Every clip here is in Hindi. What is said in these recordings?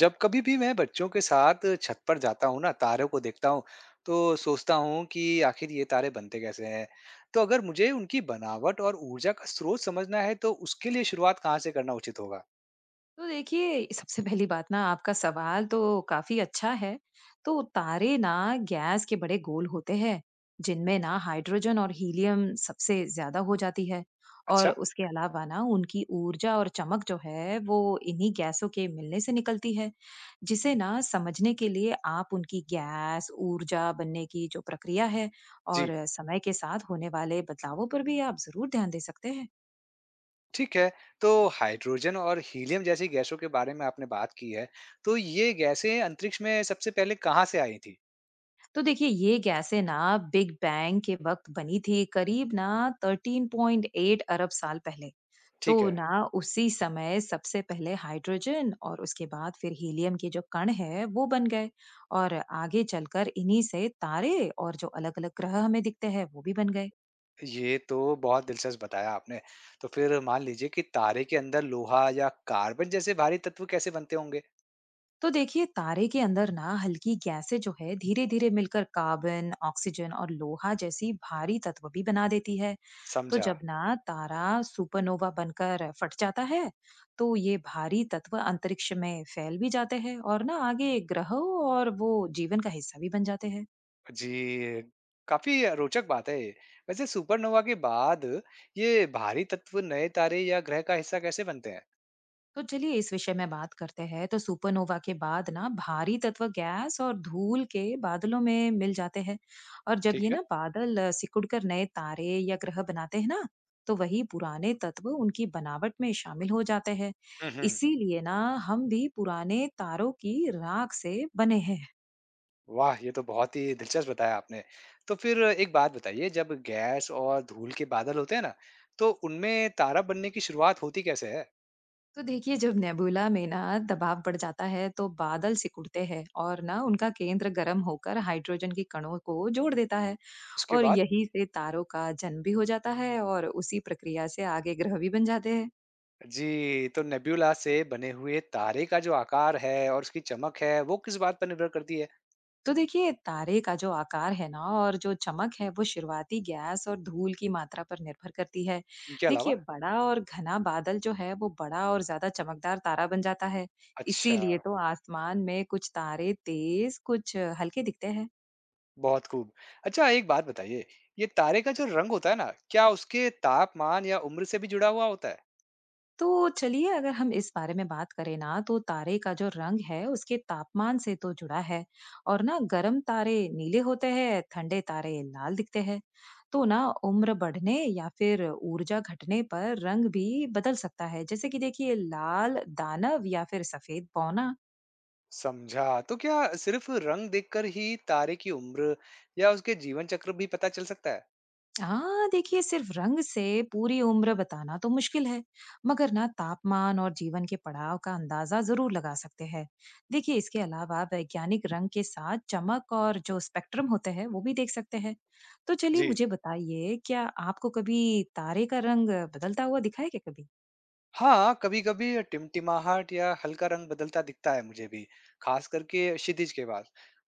जब कभी भी मैं बच्चों के साथ छत पर जाता हूँ ना तारों को देखता हूँ। तो सोचता हूँ कि आखिर ये तारे बनते कैसे हैं। तो अगर मुझे उनकी बनावट और ऊर्जा का स्रोत समझना है तो उसके लिए शुरुआत कहाँ से करना उचित होगा। तो देखिए, सबसे पहली बात ना आपका सवाल तो काफ़ी अच्छा है। तो तारे ना गैस के बड़े गोल होते हैं, जिनमें ना हाइड्रोजन और हीलियम सबसे ज़्यादा हो जाती है। और अच्छा। उसके अलावा ना उनकी ऊर्जा और चमक जो है, वो इन्हीं गैसों के मिलने से निकलती है, जिसे ना समझने के लिए आप उनकी गैस, ऊर्जा बनने की जो प्रक्रिया है जी। और समय के साथ होने वाले बदलावों पर भी आप ज़रूर ध्यान दे सकते हैं। ठीक है। तो हाइड्रोजन और हीलियम जैसी गैसों के बारे में आपने बात की है। तो ये गैसें अंतरिक्ष में सबसे पहले कहाँ से आई थी। तो देखिए ये गैसें ना बिग बैंग के वक्त बनी थी, करीब ना 13.8 अरब साल पहले। तो ठीक है। ना उसी समय सबसे पहले हाइड्रोजन और उसके बाद फिर हीलियम के जो कण है वो बन गए। और आगे चलकर इन्हीं से तारे और जो अलग अलग ग्रह हमें दिखते हैं वो भी बन गए। ये तो बहुत दिलचस्प बताया आपने। तो फिर मान लीजिए कि तारे के अंदर लोहा या कार्बन जैसे भारी तत्व कैसे बनते होंगे। तो देखिए तारे के अंदर ना हल्की गैसें जो है धीरे धीरे मिलकर कार्बन ऑक्सीजन और लोहा जैसी भारी तत्व भी बना देती है। तो समझा। जब ना तारा सुपरनोवा बनकर फट जाता है तो ये भारी तत्व अंतरिक्ष में फैल भी जाते हैं और ना आगे ग्रहों और वो जीवन का हिस्सा भी बन जाते हैं। जी, काफ़ी रोचक बात है ये। वैसे सुपरनोवा के बाद ये भारी तत्व नए तारे या ग्रह का हिस्सा कैसे बनते हैं? तो चलिए इस विषय में बात करते हैं। तो सुपरनोवा के बाद ना भारी तत्व गैस और धूल के बादलों में मिल जाते हैं। और जब ठीक ये है। ना बादल सिकुड़कर नए तारे या ग्रह बनाते हैं ना, तो वही पुराने तत्व उनकी बनावट में शामिल हो जाते हैं। हुँ, हुँ। इसीलिए ना हम भी पुराने तारों की राख से बने हैं। वाह! ये तो बहुत ही दिलचस्प बताया आपने। तो फिर एक बात बताइए, जब गैस और धूल के बादल होते हैं ना, तो उनमें तारा बनने की शुरुआत होती कैसे है? तो देखिए जब नेबुला में ना दबाव बढ़ जाता है तो बादल सिकुड़ते हैं और ना उनका केंद्र गर्म होकर हाइड्रोजन के कणों को जोड़ देता है। उसके और बाद? यही से तारों का जन्म भी हो जाता है और उसी प्रक्रिया से आगे ग्रह भी बन जाते हैं। जी, तो नेबुला से बने हुए तारे का जो आकार है और उसकी चमक है, वो किस बात पर निर्भर करती है? तो देखिए तारे का जो आकार है ना और जो चमक है वो शुरुआती गैस और धूल की मात्रा पर निर्भर करती है। इनके अलावा? देखिए बड़ा और घना बादल जो है वो बड़ा और ज्यादा चमकदार तारा बन जाता है। इसीलिए अच्छा। तो आसमान में कुछ तारे तेज कुछ हल्के दिखते हैं। बहुत खूब। अच्छा, एक बात बताइए, ये तारे का जो रंग होता है ना, क्या उसके तापमान या उम्र से भी जुड़ा हुआ होता है? तो चलिए अगर हम इस बारे में बात करें ना तो तारे का जो रंग है उसके तापमान से तो जुड़ा है। और ना गर्म तारे नीले होते हैं, ठंडे तारे लाल दिखते हैं। तो ना उम्र बढ़ने या फिर ऊर्जा घटने पर रंग भी बदल सकता है, जैसे कि देखिए लाल दानव या फिर सफेद पौना। समझा। तो क्या सिर्फ रंग देखकर ही तारे की उम्र या उसके जीवन चक्र भी पता चल सकता है? हाँ, देखिए सिर्फ रंग से पूरी उम्र बताना तो मुश्किल है, मगर ना तापमान और जीवन के पड़ाव का अंदाजा जरूर लगा सकते हैं। देखिए इसके अलावा वैज्ञानिक रंग के साथ चमक और जो स्पेक्ट्रम होते हैं वो भी देख सकते हैं। तो चलिए जी। मुझे बताइए, क्या आपको कभी तारे का रंग बदलता हुआ दिखा है क्या कभी? हाँ, कभी-कभी टिमटिमाहट या हल्का रंग बदलता दिखता है मुझे भी, खास करके क्षितिज के बाद।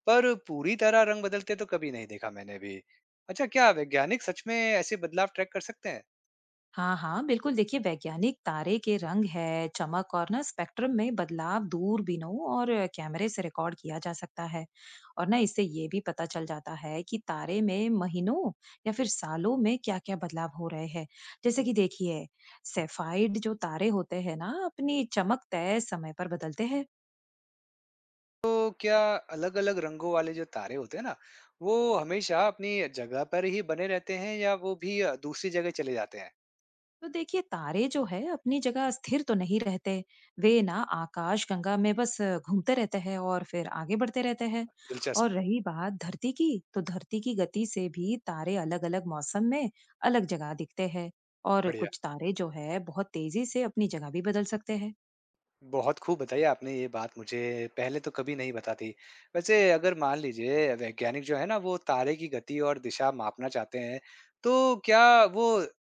पर पूरी तरह रंग बदलते तो कभी नहीं देखा मैंने भी। अच्छा, क्या वैज्ञानिक सच में ऐसे बदलाव ट्रैक कर सकते हैं? हाँ हाँ, बिल्कुल। देखिए वैज्ञानिक तारे के रंग है चमक और ना स्पेक्ट्रम में बदलाव दूरबीनों और कैमरे से रिकॉर्ड किया जा सकता है। और ना इससे ये भी पता चल जाता है कि तारे में महीनों या फिर सालों में क्या-क्या बदलाव हो रहे हैं। जैसे कि देखिए सेफाइड जो तारे होते हैं ना अपनी चमक तय समय पर बदलते हैं। तो क्या अलग-अलग रंगों वाले जो तारे होते हैं ना, वो हमेशा अपनी जगह पर ही बने रहते हैं या वो भी दूसरी जगह चले जाते हैं? तो देखिए तारे जो है अपनी जगह स्थिर तो नहीं रहते। वे ना आकाश गंगा में बस घूमते रहते हैं और फिर आगे बढ़ते रहते हैं। और दिलचस्प। रही बात धरती की, तो धरती की गति से भी तारे अलग अलग मौसम में अलग जगह दिखते हैं। और बढ़िया। कुछ तारे जो है बहुत तेजी से अपनी जगह भी बदल सकते हैं। बहुत खूब बताई आपने ये बात मुझे, पहले तो कभी नहीं पता थी। वैसे अगर मान लीजिए वैज्ञानिक जो है ना वो तारे की गति और दिशा मापना चाहते हैं, तो क्या वो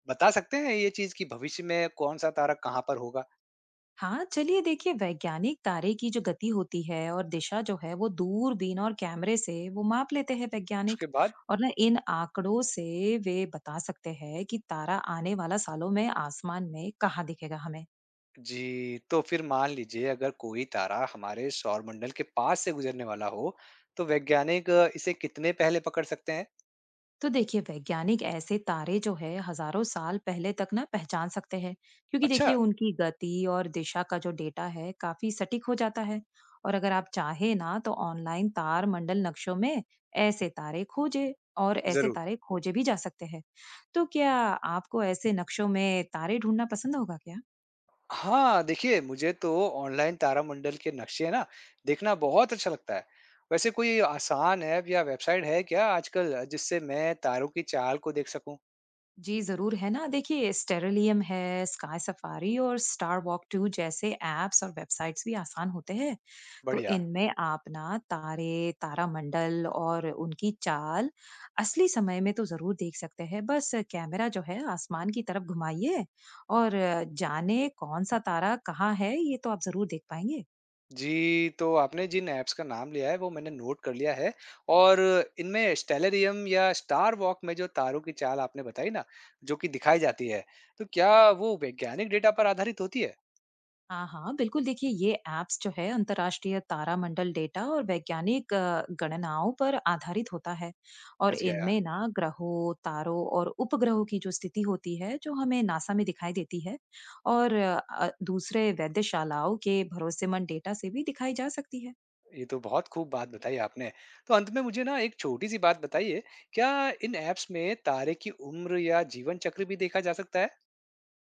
बता सकते हैं ये चीज़ कि भविष्य में कौन-सा तारा कहाँ पर होगा? हाँ, चलिए देखिए वैज्ञानिक तारे की जो गति होती है और दिशा जो है वो दूरबीन और कैमरे से वो माप लेते हैं वैज्ञानिक। उसके बाद। और ना इन आंकड़ों से वे बता सकते हैं कि तारा आने वाला सालों में आसमान में कहाँ दिखेगा हमें। जी, तो फिर मान लीजिए अगर कोई तारा हमारे सौरमंडल के पास से गुजरने वाला हो, तो वैज्ञानिक इसे कितने पहले पकड़ सकते हैं? तो देखिए वैज्ञानिक ऐसे तारे जो है हजारों साल पहले तक ना पहचान सकते हैं, क्योंकि अच्छा। देखिए उनकी गति और दिशा का जो डेटा है काफी सटीक हो जाता है। और अगर आप चाहे ना तो ऑनलाइन तार मंडल नक्शों में ऐसे तारे खोजे और ऐसे ज़रूर। तारे खोजे भी जा सकते हैं। तो क्या आपको ऐसे नक्शों में तारे ढूंढना पसंद होगा क्या? हाँ, देखिए मुझे तो ऑनलाइन तारामंडल के नक्शे ना देखना बहुत अच्छा लगता है। वैसे कोई आसान ऐप या वेबसाइट है क्या आजकल जिससे मैं तारों की चाल को देख सकूं? जी जरूर है ना, देखिए स्टेरिलियम है, स्काई सफारी और स्टार वॉक टू जैसे एप्स और वेबसाइट्स भी आसान होते हैं। तो बढ़िया। इनमें आप ना तारे, तारामंडल और उनकी चाल असली समय में तो ज़रूर देख सकते हैं। बस कैमरा जो है आसमान की तरफ घुमाइए और जाने कौन-सा तारा कहाँ है, ये तो आप ज़रूर देख पाएँगे। जी, तो आपने जिन ऐप्स का नाम लिया है, वो मैंने नोट कर लिया है। और इनमें स्टेलरियम या स्टार वॉक में जो तारों की चाल आपने बताई ना, जो कि दिखाई जाती है, तो क्या वो वैज्ञानिक डेटा पर आधारित होती है? हाँ, हाँ, बिल्कुल। देखिए ये ऐप्स जो है अंतर्राष्ट्रीय तारामंडल डेटा और वैज्ञानिक गणनाओं पर आधारित होता है। और समझ गया। इनमें ना ग्रहों, तारों और उपग्रहों की जो स्थिति होती है जो हमें नासा में दिखाई देती है और दूसरे वैद्यशालाओं के भरोसेमंद डेटा से भी दिखाई जा सकती है। ये तो बहुत खूब बात बताई आपने। तो अंत में मुझे ना एक छोटी-सी बात बताइए, क्या इन ऐप्स में तारे की उम्र या जीवन चक्र भी देखा जा सकता है?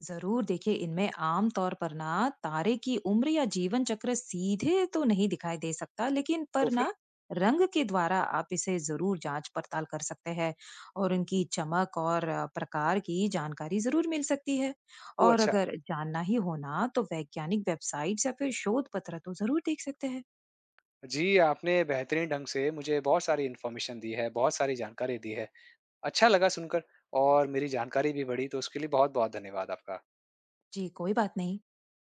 जरूर देखिए इनमें आम तौर पर ना तारे की उम्र या जीवन चक्र सीधे तो नहीं दिखाई दे सकता, लेकिन तो पर फिर? ना रंग के द्वारा आप इसे जरूर जांच पड़ताल कर सकते हैं। और उनकी चमक और प्रकार की जानकारी जरूर मिल सकती है। ओह और अच्छा। अगर जानना ही हो ना तो वैज्ञानिक वेबसाइट या फिर शोध पत्र तो जरूर देख सकते हैं। जी, आपने बेहतरीन ढंग से मुझे बहुत सारी इन्फॉर्मेशन दी है, बहुत सारी जानकारी दी है। अच्छा लगा सुनकर, और मेरी जानकारी भी बढ़ी, तो उसके लिए बहुत-बहुत धन्यवाद आपका। जी कोई बात नहीं।